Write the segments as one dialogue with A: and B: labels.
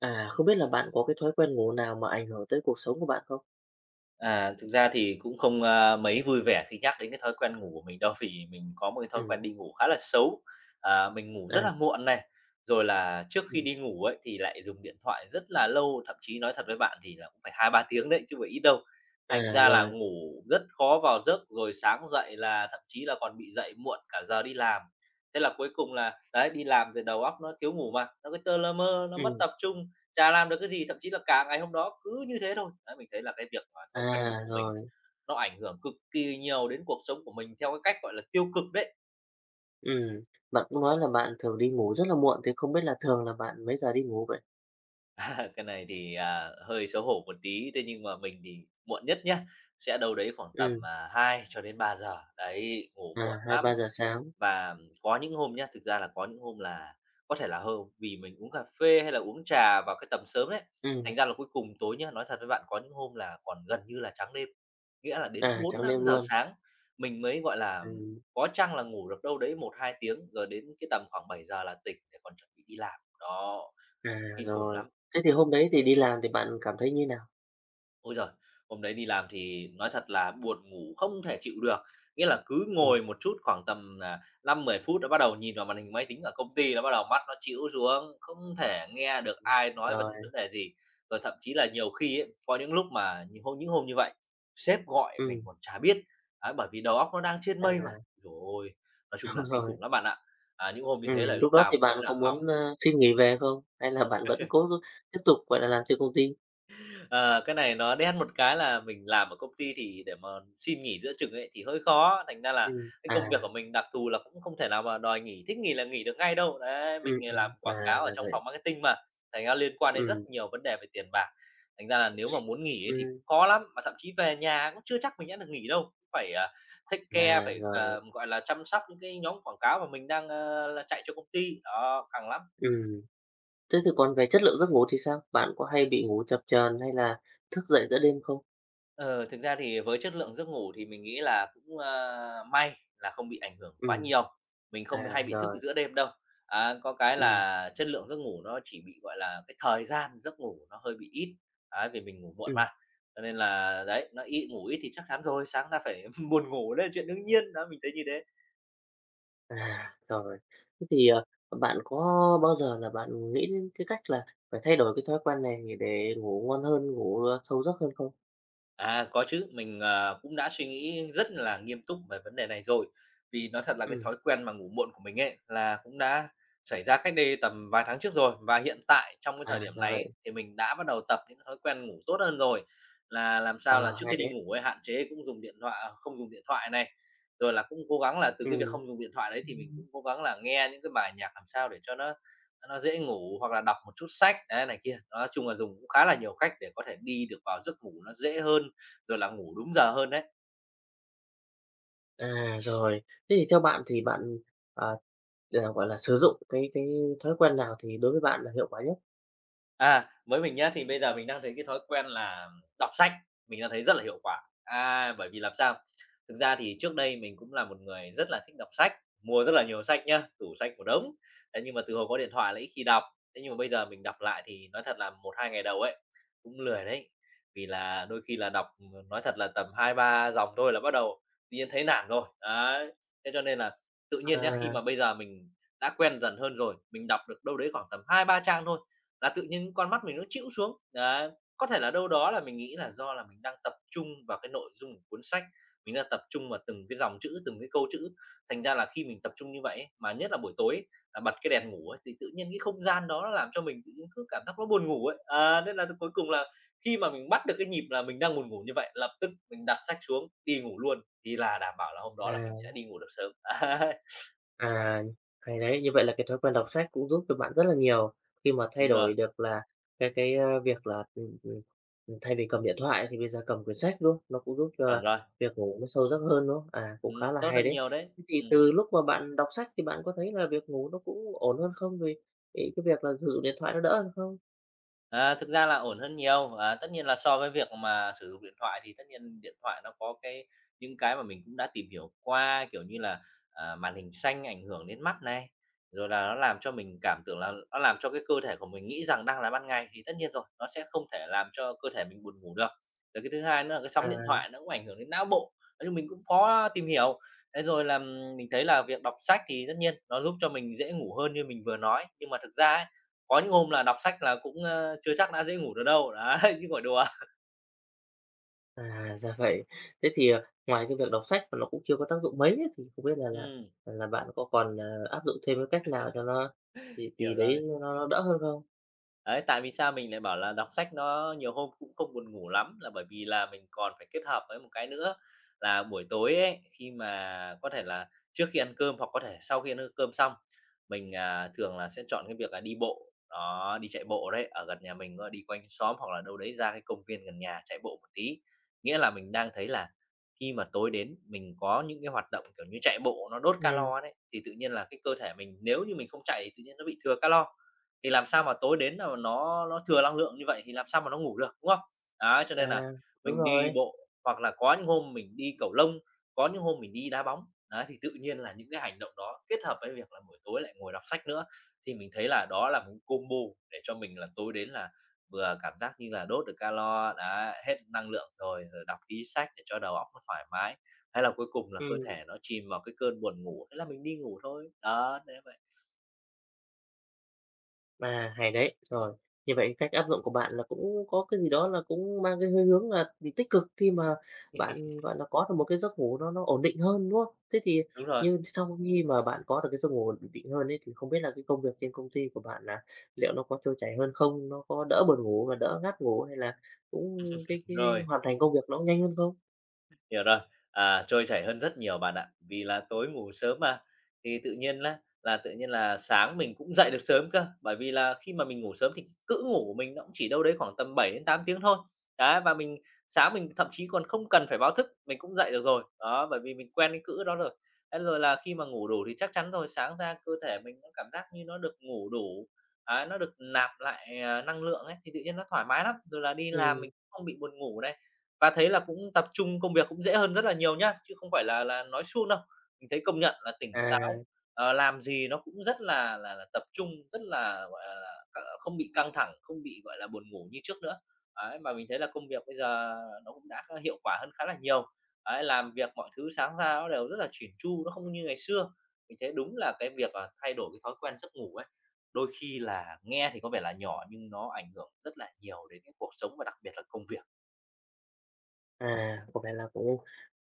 A: À, không biết là bạn có cái thói quen ngủ nào mà ảnh hưởng tới cuộc sống của bạn không?
B: Thực ra thì cũng không, mấy vui vẻ khi nhắc đến cái thói quen ngủ của mình đâu, vì mình có một cái thói
A: Ừm,
B: quen đi ngủ khá là xấu. Mình ngủ
A: à,
B: rất là muộn này, rồi là trước khi
A: ừm,
B: đi ngủ ấy, thì lại dùng điện thoại rất là lâu, thậm chí nói thật với bạn thì là cũng phải hai ba tiếng đấy, chứ không phải ít đâu. Thành
A: à,
B: ra là
A: rồi,
B: ngủ rất khó vào giấc, rồi sáng dậy là thậm chí là còn bị dậy muộn cả giờ đi làm. Thế là cuối cùng là, đấy, đi làm rồi đầu óc nó thiếu ngủ mà, nó cứ tơ lơ mơ, nó mất
A: ừm,
B: tập trung. Chả làm được cái gì, thậm chí là cả ngày hôm đó cứ như thế thôi. Đấy, mình thấy là cái việc mà thói quen ngủ
A: à,
B: của mình
A: rồi,
B: nó ảnh hưởng cực kỳ nhiều đến cuộc sống của mình theo cái cách, gọi là, tiêu cực đấy.
A: ừm. Bạn cũng nói là bạn thường đi ngủ rất là muộn thì không biết là thường là bạn mấy giờ đi ngủ vậy?
B: Cái này thì, hơi xấu hổ một tí, thế nhưng mà mình thì muộn nhất nhá, sẽ đâu đấy khoảng tầm,
A: Ừm,
B: 2 cho đến ba giờ. Đấy, ngủ
A: à,
B: muộn
A: hai ba
B: lắm.
A: giờ sáng,
B: Và có những hôm nhá, thực ra là có những hôm là có thể là hôm vì mình uống cà phê hay là uống trà vào cái tầm sớm đấy,
A: ừm,
B: thành ra là cuối cùng tối nhá, nói thật với bạn có những hôm là còn gần như là trắng đêm. Nghĩa là đến
A: à,
B: bốn
A: trắng
B: năm
A: đêm
B: giờ
A: luôn,
B: sáng mình mới, gọi là,
A: ừm,
B: có chăng là ngủ được đâu đấy một hai tiếng, rồi đến cái tầm khoảng bảy giờ là tỉnh để còn chuẩn bị đi làm. Đó,
A: à,
B: kinh khủng
A: rồi.
B: lắm.
A: Thế thì hôm đấy thì đi làm thì bạn cảm thấy như nào?
B: Ôi giời! Hôm đấy đi làm thì nói thật là buồn ngủ không thể chịu được, nghĩa là cứ
A: Ừm,
B: ngồi một chút khoảng tầm, 5-10 phút đã bắt đầu nhìn vào màn hình máy tính ở công ty, đã bắt đầu mắt nó chịu xuống, không thể nghe
A: à,
B: được ai nói vấn vấn
A: rồi,
B: đề gì. Rồi thậm chí là nhiều khi ấy, có những lúc mà những hôm như vậy, sếp gọi mình
A: ừm,
B: còn chả biết, ấy, bởi vì đầu óc nó đang trên mây mà.
A: à,
B: Rồi nói chung
A: đúng
B: là kinh
A: rồi,
B: khủng lắm bạn ạ. À, những hôm như thế là
A: lúc
B: lúc
A: đó
B: nào
A: thì
B: cũng phải
A: bạn có
B: dặn lòng.
A: muốn, xin nghỉ về không? Hay là bạn vẫn cố tiếp tục, gọi là, làm trên công ty?
B: Ờ, cái này nó đen một cái là mình làm ở công ty thì để mà xin nghỉ giữa chừng ấy thì hơi khó, thành ra là cái công việc của
A: À,
B: mình đặc thù là cũng không thể nào mà đòi nghỉ, thích nghỉ là nghỉ được ngay đâu. Đấy, mình làm
A: à,
B: quảng cáo ở
A: ra
B: trong
A: vậy.
B: phòng marketing mà, thành ra liên quan đến rất
A: Ừm,
B: nhiều vấn đề về tiền bạc. Thành ra là nếu mà muốn nghỉ ấy thì
A: ừm,
B: khó lắm, mà thậm chí về nhà cũng chưa chắc mình đã được nghỉ đâu, phải, take
A: à,
B: care, phải,
A: rồi,
B: gọi là, chăm sóc những cái nhóm quảng cáo mà mình đang, là chạy cho công ty, đó, càng lắm.
A: ừm. Thế thì còn về chất lượng giấc ngủ thì sao? Bạn có hay bị ngủ chập chờn hay là thức dậy giữa đêm không?
B: Ờ, Thực ra thì với chất lượng giấc ngủ thì mình nghĩ là cũng, may là không bị ảnh hưởng quá
A: Ừm,
B: nhiều, mình không
A: à,
B: hay bị thức
A: rồi,
B: giữa đêm đâu. Á, có cái
A: ừm,
B: là chất lượng giấc ngủ nó chỉ bị, gọi là, cái thời gian giấc ngủ nó hơi bị ít, ấy, vì mình ngủ muộn
A: ừm,
B: mà, cho nên là, đấy, nó ít ngủ ít thì chắc chắn rồi, sáng ra phải buồn ngủ đấy là chuyện đương nhiên, đó, mình thấy như thế.
A: à, rồi. Thế thì, bạn có bao giờ là bạn nghĩ đến cái cách là phải thay đổi cái thói quen này để ngủ ngon hơn, ngủ, sâu giấc hơn không?
B: À, có chứ, mình, cũng đã suy nghĩ rất là nghiêm túc về vấn đề này rồi. Vì nói thật là cái
A: Ừm,
B: thói quen mà ngủ muộn của mình ấy, là cũng đã xảy ra cách đây tầm vài tháng trước rồi. Và hiện tại trong cái
A: à,
B: thời điểm
A: ra
B: này
A: vậy.
B: ấy, thì mình đã bắt đầu tập những cái thói quen ngủ tốt hơn rồi, là làm
A: Ờ,
B: sao là trước
A: hay
B: khi đi
A: đấy.
B: ngủ ấy, hạn chế cũng dùng điện thoại à, không dùng điện thoại này. Rồi là cũng cố gắng là từ cái việc
A: Ừm.
B: không dùng điện thoại đấy thì mình cũng cố gắng là nghe những cái bài nhạc làm sao để cho nó dễ ngủ, hoặc là đọc một chút sách, đấy, này kia. Nói chung là dùng cũng khá là nhiều cách để có thể đi được vào giấc ngủ nó dễ hơn rồi là ngủ đúng giờ hơn đấy.
A: À, rồi. Thế thì theo bạn thì bạn, ờ là gọi là, sử dụng cái thói quen nào thì đối với bạn là hiệu quả nhất?
B: À, với mình nhá, thì bây giờ mình đang thấy cái thói quen là đọc sách, mình đang thấy rất là hiệu quả. À, bởi vì làm sao? Thực ra thì trước đây mình cũng là một người rất là thích đọc sách, mua rất là nhiều sách nhá, tủ sách một đống. Thế nhưng mà từ hồi có điện thoại là ít khi đọc. Thế nhưng mà bây giờ mình đọc lại thì nói thật là một 2 ngày đầu ấy, cũng lười đấy. Vì là đôi khi là đọc, nói thật là tầm 2 3 dòng thôi là bắt đầu tự nhiên thấy nản rồi. Đấy, thế cho nên là tự nhiên nhá, khi
A: À,
B: mà bây giờ mình đã quen dần hơn rồi, mình đọc được đâu đấy khoảng tầm 2 3 trang thôi là tự nhiên con mắt mình nó chịu xuống. Đấy, có thể là đâu đó là mình nghĩ là do là mình đang tập trung vào cái nội dung của cuốn sách, mình đang tập trung vào từng cái dòng chữ, từng cái câu chữ. Thành ra là khi mình tập trung như vậy ấy, mà nhất là buổi tối ấy, là bật cái đèn ngủ ấy, thì tự nhiên cái không gian đó nó làm cho mình tự nhiên cứ cảm giác nó buồn ngủ ấy. À, nên là cuối cùng là khi mà mình bắt được cái nhịp là mình đang buồn ngủ như vậy, lập tức mình đặt sách xuống đi ngủ luôn, thì là đảm bảo là hôm đó là
A: à,
B: mình sẽ đi ngủ được sớm.
A: à, hay đấy, như vậy là cái thói quen đọc sách cũng giúp cho bạn rất là nhiều khi mà thay
B: Đúng rồi,
A: đổi được là cái việc là, thay vì cầm điện thoại thì bây giờ cầm quyển sách, đúng không? Nó cũng giúp cho
B: chuẩn rồi.
A: việc ngủ nó sâu giấc hơn, đúng không? À, cũng khá là
B: Tốt
A: hay
B: hơn
A: đấy.
B: nhiều đấy.
A: Thế thì
B: Ừm.
A: từ lúc mà bạn đọc sách thì bạn có thấy là việc ngủ nó cũng ổn hơn không? Vì vì cái việc là sử dụng điện thoại nó đỡ hơn không?
B: À, thực ra là ổn hơn nhiều, à, tất nhiên là so với việc mà sử dụng điện thoại thì tất nhiên điện thoại nó có cái những cái mà mình cũng đã tìm hiểu qua, kiểu như là, màn hình xanh ảnh hưởng đến mắt này, rồi là nó làm cho mình cảm tưởng là nó làm cho cái cơ thể của mình nghĩ rằng đang là ban ngày thì tất nhiên rồi, nó sẽ không thể làm cho cơ thể mình buồn ngủ được. Rồi cái thứ hai nữa là cái
A: À.
B: sóng điện thoại nó cũng ảnh hưởng đến não bộ, nói chung mình cũng có tìm hiểu. Thế rồi là, mình thấy là việc đọc sách thì tất nhiên nó giúp cho mình dễ ngủ hơn như mình vừa nói, nhưng mà thực ra ấy, có những hôm là đọc sách là cũng, chưa chắc đã dễ ngủ được đâu, đấy, chứ không đùa.
A: À, ra vậy. Thế thì, ngoài cái việc đọc sách mà nó cũng chưa có tác dụng mấy ấy, thì không biết là
B: Ừm,
A: bạn có còn, áp dụng thêm cái cách nào cho nó gì gì
B: hiểu
A: đấy
B: rồi.
A: nó đỡ hơn không?
B: Đấy, tại vì sao mình lại bảo là đọc sách nó nhiều hôm cũng không buồn ngủ lắm là bởi vì là mình còn phải kết hợp với một cái nữa là buổi tối ấy, khi mà có thể là trước khi ăn cơm hoặc có thể sau khi ăn cơm xong, mình, thường là sẽ chọn cái việc là đi bộ, đó, đi chạy bộ đấy, ở gần nhà mình có đi quanh xóm hoặc là đâu đấy ra cái công viên gần nhà chạy bộ một tí. Nghĩa là mình đang thấy là khi mà tối đến mình có những cái hoạt động, kiểu như, chạy bộ nó đốt
A: Ừ.
B: calo đấy, thì tự nhiên là cái cơ thể mình nếu như mình không chạy thì tự nhiên nó bị thừa calo thì làm sao mà tối đến là nó thừa năng lượng như vậy thì làm sao mà nó ngủ được, đúng không? Đấy, cho nên là
A: À, đúng
B: mình đi
A: rồi.
B: bộ hoặc là có những hôm mình đi cầu lông, có những hôm mình đi đá bóng, đấy, thì tự nhiên là những cái hành động đó kết hợp với việc là buổi tối lại ngồi đọc sách nữa, thì mình thấy là đó là một combo để cho mình là tối đến là vừa cảm giác như là đốt được calo, đã hết năng lượng rồi, rồi đọc tí sách để cho đầu óc nó thoải mái, hay là cuối cùng là cơ
A: Ừm.
B: thể nó chìm vào cái cơn buồn ngủ, thế là mình đi ngủ thôi. Đó, thế vậy.
A: À, hay đấy. Rồi, như vậy cách áp dụng của bạn là cũng có cái gì đó là cũng mang cái hơi hướng là vì tích cực khi mà bạn, gọi là, có được một cái giấc ngủ nó ổn định hơn, đúng không? Thế thì
B: Đúng rồi,
A: như sau khi mà bạn có được cái giấc ngủ ổn định hơn ấy, thì không biết là cái công việc trên công ty của bạn là liệu nó có trôi chảy hơn không? Nó có đỡ buồn ngủ và đỡ ngáp ngủ hay là cũng cái
B: rồi.
A: hoàn thành công việc nó nhanh hơn không?
B: Hiểu rồi, à, trôi chảy hơn rất nhiều bạn ạ. Vì là tối ngủ sớm mà, thì tự nhiên là sáng mình cũng dậy được sớm cơ, bởi vì là khi mà mình ngủ sớm thì cữ ngủ của mình nó cũng chỉ đâu đấy khoảng tầm 7 đến 8 tiếng thôi. Đấy, và sáng mình thậm chí còn không cần phải báo thức, mình cũng dậy được rồi. Đó, bởi vì mình quen cái cữ đó rồi. Thế rồi là khi mà ngủ đủ thì chắc chắn rồi, sáng ra cơ thể mình nó cảm giác như nó được ngủ đủ, đấy, nó được nạp lại, năng lượng ấy, thì tự nhiên nó thoải mái lắm. Rồi là đi làm
A: Ừm,
B: mình cũng không bị buồn ngủ này. Và thấy là cũng tập trung công việc cũng dễ hơn rất là nhiều nhá, chứ không phải là nói suông đâu. Mình thấy công nhận là tỉnh
A: à,
B: táo, làm gì nó cũng rất là tập trung, rất là, gọi là, không bị căng thẳng, không bị, gọi là, buồn ngủ như trước nữa. Ấy, mà mình thấy là công việc bây giờ nó cũng đã khá hiệu quả hơn khá là nhiều. Ấy, làm việc mọi thứ sáng ra nó đều rất là chỉn chu, nó không như ngày xưa. Mình thấy đúng là cái việc, thay đổi cái thói quen giấc ngủ ấy, đôi khi là nghe thì có vẻ là nhỏ nhưng nó ảnh hưởng rất là nhiều đến cái cuộc sống và đặc biệt là công việc.
A: à, có vẻ là cũng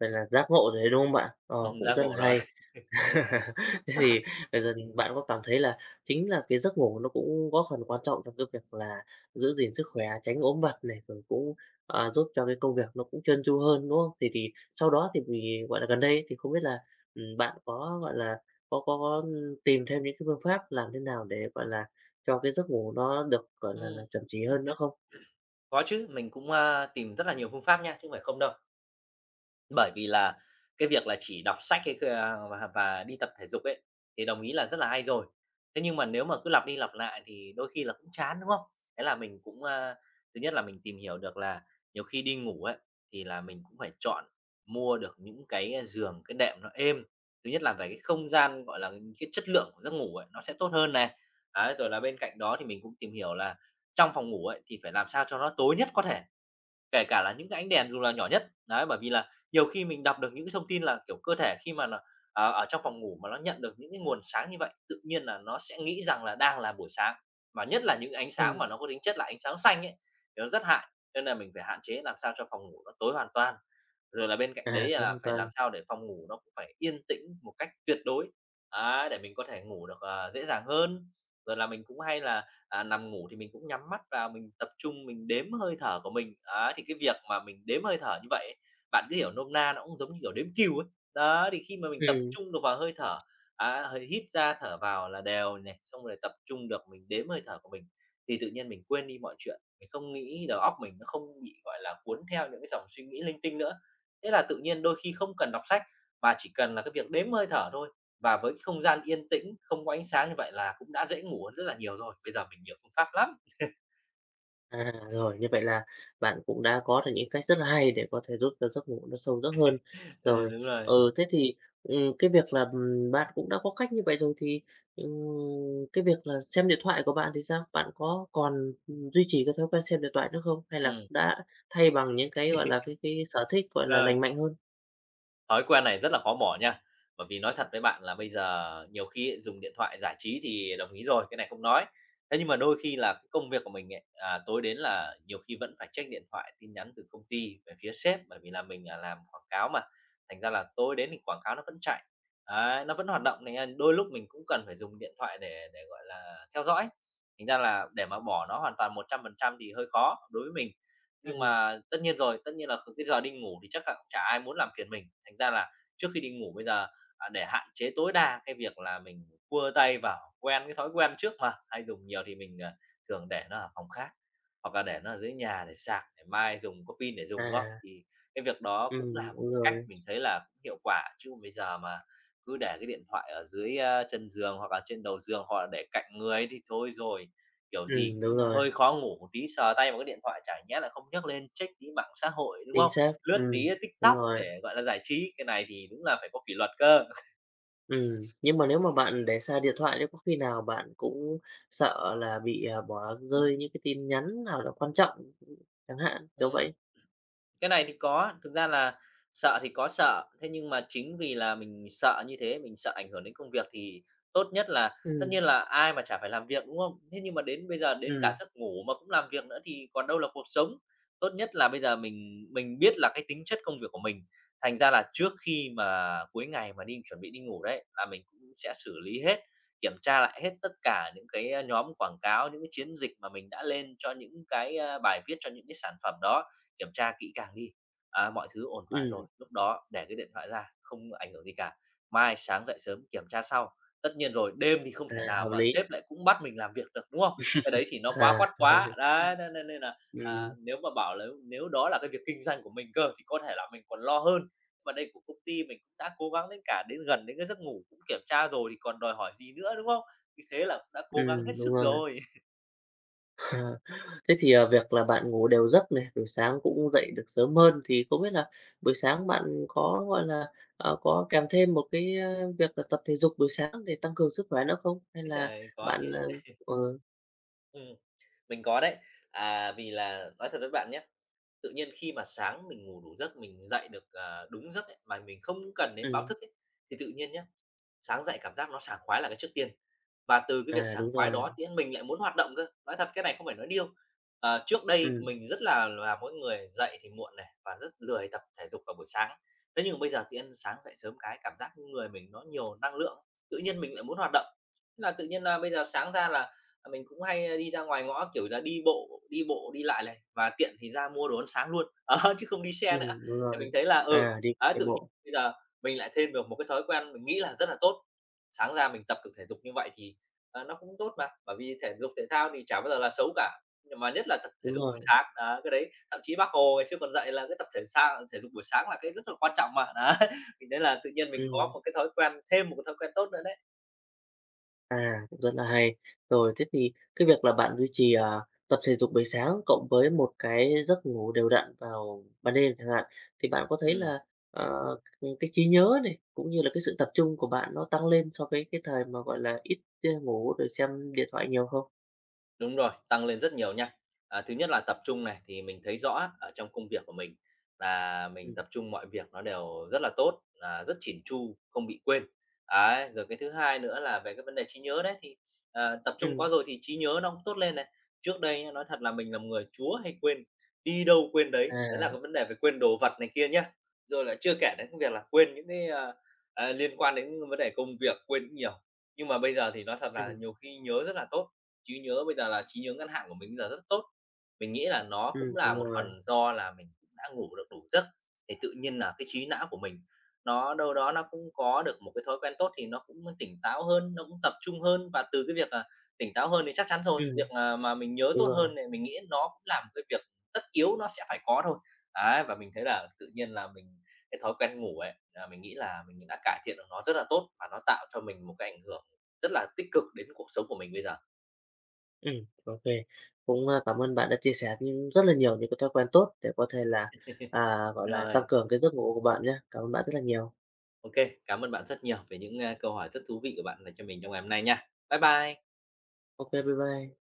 A: vậy là giác ngộ rồi đấy, đúng không bạn? Ờ, cũng
B: Giác
A: rất là
B: ngộ rồi.
A: hay. Thế thì bây giờ bạn có cảm thấy là chính là cái giấc ngủ nó cũng góp phần quan trọng trong cái việc là giữ gìn sức khỏe, tránh ốm vặt này, rồi cũng, giúp cho cái công việc nó cũng trơn tru hơn, đúng không? Thì sau đó thì vì, gọi là, gần đây thì không biết là, bạn có, gọi là, có tìm thêm những cái phương pháp làm thế nào để, gọi là, cho cái giấc ngủ nó được, gọi là,
B: Ừm,
A: chuẩn chỉ hơn nữa không?
B: có chứ, mình cũng, tìm rất là nhiều phương pháp nha, chứ không phải không đâu. Bởi vì là cái việc là chỉ đọc sách hay, và đi tập thể dục ấy, thì đồng ý là rất là hay rồi. Thế nhưng mà nếu mà cứ lặp đi lặp lại thì đôi khi là cũng chán, đúng không? Thế là mình cũng, thứ nhất là mình tìm hiểu được là nhiều khi đi ngủ ấy, thì là mình cũng phải chọn mua được những cái, giường, cái đệm nó êm. Thứ nhất là về cái không gian, gọi là, cái chất lượng của giấc ngủ ấy, nó sẽ tốt hơn này. Đấy, rồi là bên cạnh đó thì mình cũng tìm hiểu là trong phòng ngủ ấy, thì phải làm sao cho nó tối nhất có thể. Kể cả là những cái ánh đèn dù là nhỏ nhất. Đấy, bởi vì là nhiều khi mình đọc được những cái thông tin là, kiểu, cơ thể khi mà nó ở trong phòng ngủ mà nó nhận được những cái nguồn sáng như vậy, tự nhiên là nó sẽ nghĩ rằng là đang là buổi sáng, mà nhất là những ánh sáng
A: Ừm,
B: mà nó có tính chất là ánh sáng xanh ấy, thì nó rất hại. Cho nên là mình phải hạn chế làm sao cho phòng ngủ nó tối hoàn toàn. Rồi là bên cạnh đấy
A: à, không an
B: là phải làm
A: toàn.
B: sao để phòng ngủ nó cũng phải yên tĩnh một cách tuyệt đối, để mình có thể ngủ được, dễ dàng hơn. Rồi là mình cũng hay là, nằm ngủ thì mình cũng nhắm mắt và mình tập trung mình đếm hơi thở của mình. Thì cái việc mà mình đếm hơi thở như vậy ấy, bạn cứ hiểu nôm na nó cũng giống như kiểu đếm cừu ấy. Đó, thì khi mà mình tập
A: Ừm.
B: trung được vào hơi thở, hơi hít ra thở vào là đều này, xong rồi tập trung được mình đếm hơi thở của mình, thì tự nhiên mình quên đi mọi chuyện, mình không nghĩ đầu óc mình nó không bị, gọi là, cuốn theo những cái dòng suy nghĩ linh tinh nữa. Thế là tự nhiên đôi khi không cần đọc sách, mà chỉ cần là cái việc đếm hơi thở thôi, và với cái không gian yên tĩnh, không có ánh sáng như vậy là cũng đã dễ ngủ hơn rất là nhiều rồi. Bây giờ mình hiểu phương pháp lắm.
A: À, rồi, như vậy là bạn cũng đã có được những cách rất là hay để có thể giúp cho giấc ngủ nó sâu giấc hơn.
B: Ừ,
A: Rồi,
B: đúng rồi.
A: ừ, thế thì, cái việc là, bạn cũng đã có cách như vậy rồi thì, ừm, cái việc là xem điện thoại của bạn thì sao? Bạn có còn, duy trì cái thói quen xem điện thoại nữa không? Hay là
B: Ừm.
A: đã thay bằng những cái, gọi là, cái sở thích, gọi là,
B: Rồi.
A: lành mạnh hơn?
B: Thói quen này rất là khó bỏ nha, bởi vì nói thật với bạn là bây giờ nhiều khi ấy, dùng điện thoại giải trí thì đồng ý rồi, cái này không nói. Thế nhưng mà đôi khi là cái công việc của mình ấy, tối đến là nhiều khi vẫn phải check điện thoại, tin nhắn từ công ty về phía sếp, bởi vì là mình là làm quảng cáo mà, thành ra là tối đến thì quảng cáo nó vẫn chạy, đấy, nó vẫn hoạt động, thành ra đôi lúc mình cũng cần phải dùng điện thoại để, gọi là, theo dõi. Thành ra là để mà bỏ nó hoàn toàn 100% thì hơi khó đối với mình. Nhưng
A: Ừm,
B: mà tất nhiên rồi, tất nhiên là cái giờ đi ngủ thì chắc là chả ai muốn làm phiền mình, thành ra là trước khi đi ngủ bây giờ, để hạn chế tối đa cái việc là mình cua tay vào, quen cái thói quen trước mà, hay dùng nhiều thì mình, thường để nó ở phòng khác, hoặc là để nó ở dưới nhà để sạc, để mai dùng có pin để dùng, đúng không?
A: à,
B: Thì cái việc đó cũng
A: ừm,
B: là một
A: đúng
B: cái cách
A: rồi,
B: mình thấy là cũng hiệu quả, chứ bây giờ mà cứ để cái điện thoại ở dưới, chân giường hoặc là trên đầu giường, hoặc là để cạnh người ấy thì thôi rồi, kiểu gì
A: đúng
B: mà
A: rồi,
B: hơi khó ngủ một tí, sờ tay vào cái điện thoại chả nhẽ là không nhấc lên check tí mạng xã hội, đúng
A: chính
B: không?
A: xác,
B: Lướt tí
A: đúng
B: TikTok
A: rồi.
B: để, gọi là, giải trí, cái này thì đúng là phải có kỷ luật cơ.
A: Ừ, nhưng mà nếu mà bạn để xa điện thoại thì có khi nào bạn cũng sợ là bị, bỏ rơi những cái tin nhắn nào đó quan trọng chẳng hạn, kiểu vậy?
B: Ừm. Cái này thì có, thực ra là sợ thì có sợ, thế nhưng mà chính vì là mình sợ như thế, mình sợ ảnh hưởng đến công việc thì tốt nhất là tất
A: Ừ,
B: nhiên là ai mà chả phải làm việc, đúng không? Thế nhưng mà đến bây giờ đến cả
A: Ừ,
B: giấc ngủ mà cũng làm việc nữa thì còn đâu là cuộc sống. Tốt nhất là bây giờ mình biết là cái tính chất công việc của mình, thành ra là trước khi mà cuối ngày mà đi chuẩn bị đi ngủ đấy, là mình cũng sẽ xử lý hết, kiểm tra lại hết tất cả những cái, nhóm quảng cáo, những cái chiến dịch mà mình đã lên cho những cái, bài viết, cho những cái sản phẩm đó kiểm tra kỹ càng đi, mọi thứ ổn thỏa
A: Ừ,
B: rồi, lúc đó để cái điện thoại ra, không ảnh hưởng gì cả. Mai sáng dậy sớm kiểm tra sau. Tất nhiên rồi, đêm thì không
A: à,
B: thể nào
A: hợp
B: mà
A: lý,
B: sếp lại cũng bắt mình làm việc được, đúng không? Cái đấy thì nó quá
A: à,
B: quát quá.
A: rồi,
B: Đấy, nên nên nên là,
A: Ừ,
B: nếu mà bảo là nếu đó là cái việc kinh doanh của mình cơ thì có thể là mình còn lo hơn. Mà đây của công ty mình cũng đã cố gắng đến cả đến gần đến cái giấc ngủ cũng kiểm tra rồi thì còn đòi hỏi gì nữa, đúng không? Như thế là cũng đã
A: Ừ,
B: cố gắng hết
A: đúng
B: sức
A: rồi.
B: rồi.
A: Ờ, thế thì, việc là bạn ngủ đều giấc này, buổi sáng cũng dậy được sớm hơn thì không biết là buổi sáng bạn có, gọi là, có kèm thêm một cái, việc là tập thể dục buổi sáng để tăng cường sức khỏe nữa không? Hay là
B: Trời, có chứ.
A: bạn, ờ,
B: Ừm. Mình có đấy. À, vì là nói thật với bạn nhé, tự nhiên khi mà sáng mình ngủ đủ giấc, mình dậy được, đúng giấc ấy, mà mình không cần đến báo
A: ừm,
B: thức ấy, thì tự nhiên nhé, sáng dậy cảm giác nó sảng khoái là cái trước tiên. Và từ cái việc sảng
A: đúng
B: khoái
A: rồi,
B: đó thì mình lại muốn hoạt động cơ, nói thật cái này không phải nói điêu. Trước đây
A: Ừ,
B: mình rất là mỗi người dậy thì muộn này và rất lười tập thể dục vào buổi sáng. Thế nhưng mà bây giờ tự nhiên sáng dậy sớm cái cảm giác người mình nó nhiều năng lượng, tự nhiên mình lại muốn hoạt động. Thế là tự nhiên là bây giờ sáng ra là mình cũng hay đi ra ngoài ngõ, kiểu là, đi bộ đi lại này và tiện thì ra mua đồ ăn sáng luôn, đó, chứ không đi xe nữa.
A: Ừm, đúng
B: Thì
A: rồi.
B: mình thấy là, ừ,
A: À, đi
B: đấy,
A: chạy
B: tự nhiên
A: bộ,
B: bây giờ mình lại thêm được một cái thói quen mình nghĩ là rất là tốt. Sáng ra mình tập được thể dục như vậy thì nó cũng tốt mà, bởi vì thể dục thể thao thì chả bao giờ là xấu cả, nhưng mà nhất là tập thể
A: đúng
B: dục buổi
A: rồi,
B: sáng, đó, cái đấy thậm chí Bác Hồ ngày xưa còn dạy là cái tập thể dục buổi sáng là cái rất là quan trọng mà. Đấy, thì đấy là tự nhiên mình có
A: ừm,
B: một cái thói quen thêm một cái thói quen tốt nữa đấy.
A: à, cũng rất là hay. Rồi thế thì cái việc là bạn duy trì, tập thể dục buổi sáng cộng với một cái giấc ngủ đều đặn vào ban đêm chẳng hạn, thì bạn có thấy
B: Ừm.
A: là, ờ, cái trí nhớ này, cũng như là cái sự tập trung của bạn nó tăng lên so với cái thời mà, gọi là, ít, ngủ rồi xem điện thoại nhiều không?
B: Đúng rồi, tăng lên rất nhiều nha. À, thứ nhất là tập trung này, thì mình thấy rõ ở trong công việc của mình là mình
A: Ừm,
B: tập trung mọi việc nó đều rất là tốt, là rất chỉn chu, không bị quên. Đấy, rồi cái thứ hai nữa là về cái vấn đề trí nhớ đấy, thì, tập trung
A: ừm,
B: quá rồi thì trí nhớ nó cũng tốt lên này. Trước đây nhá, nói thật là mình là một người chúa hay quên, đi đâu quên đấy, đấy là
A: à,
B: cái vấn đề về quên đồ vật này kia nhá. Rồi là chưa kể đến cái việc là quên những cái, liên quan đến vấn đề công việc, quên cũng nhiều. Nhưng mà bây giờ thì nói thật là
A: ừm,
B: nhiều khi nhớ rất là tốt. Trí nhớ bây giờ là trí nhớ ngắn hạn của mình bây giờ rất tốt. Mình nghĩ là nó cũng
A: đúng
B: là một
A: rồi,
B: phần do là mình cũng đã ngủ được đủ giấc, thì tự nhiên là cái trí não của mình nó đâu đó nó cũng có được một cái thói quen tốt thì nó cũng tỉnh táo hơn, nó cũng tập trung hơn. Và từ cái việc, tỉnh táo hơn thì chắc chắn rồi,
A: ừm,
B: việc, mà mình nhớ
A: đúng
B: tốt
A: rồi.
B: hơn thì mình nghĩ nó cũng là một cái việc tất yếu nó sẽ phải có thôi. Đấy, và mình thấy là tự nhiên là mình cái thói quen ngủ ấy, là mình nghĩ là mình đã cải thiện được nó rất là tốt và nó tạo cho mình một cái ảnh hưởng rất là tích cực đến cuộc sống của mình bây giờ.
A: Ừ, OK. Cũng, cảm ơn bạn đã chia sẻ những rất là nhiều những cái thói quen tốt để có thể là, gọi là, tăng
B: Rồi,
A: cường cái giấc ngủ của bạn nhé. Cảm ơn bạn rất là nhiều.
B: OK. Cảm ơn bạn rất nhiều về những, câu hỏi rất thú vị của bạn dành cho mình trong ngày hôm nay nha. Bye bye.
A: OK, bye bye.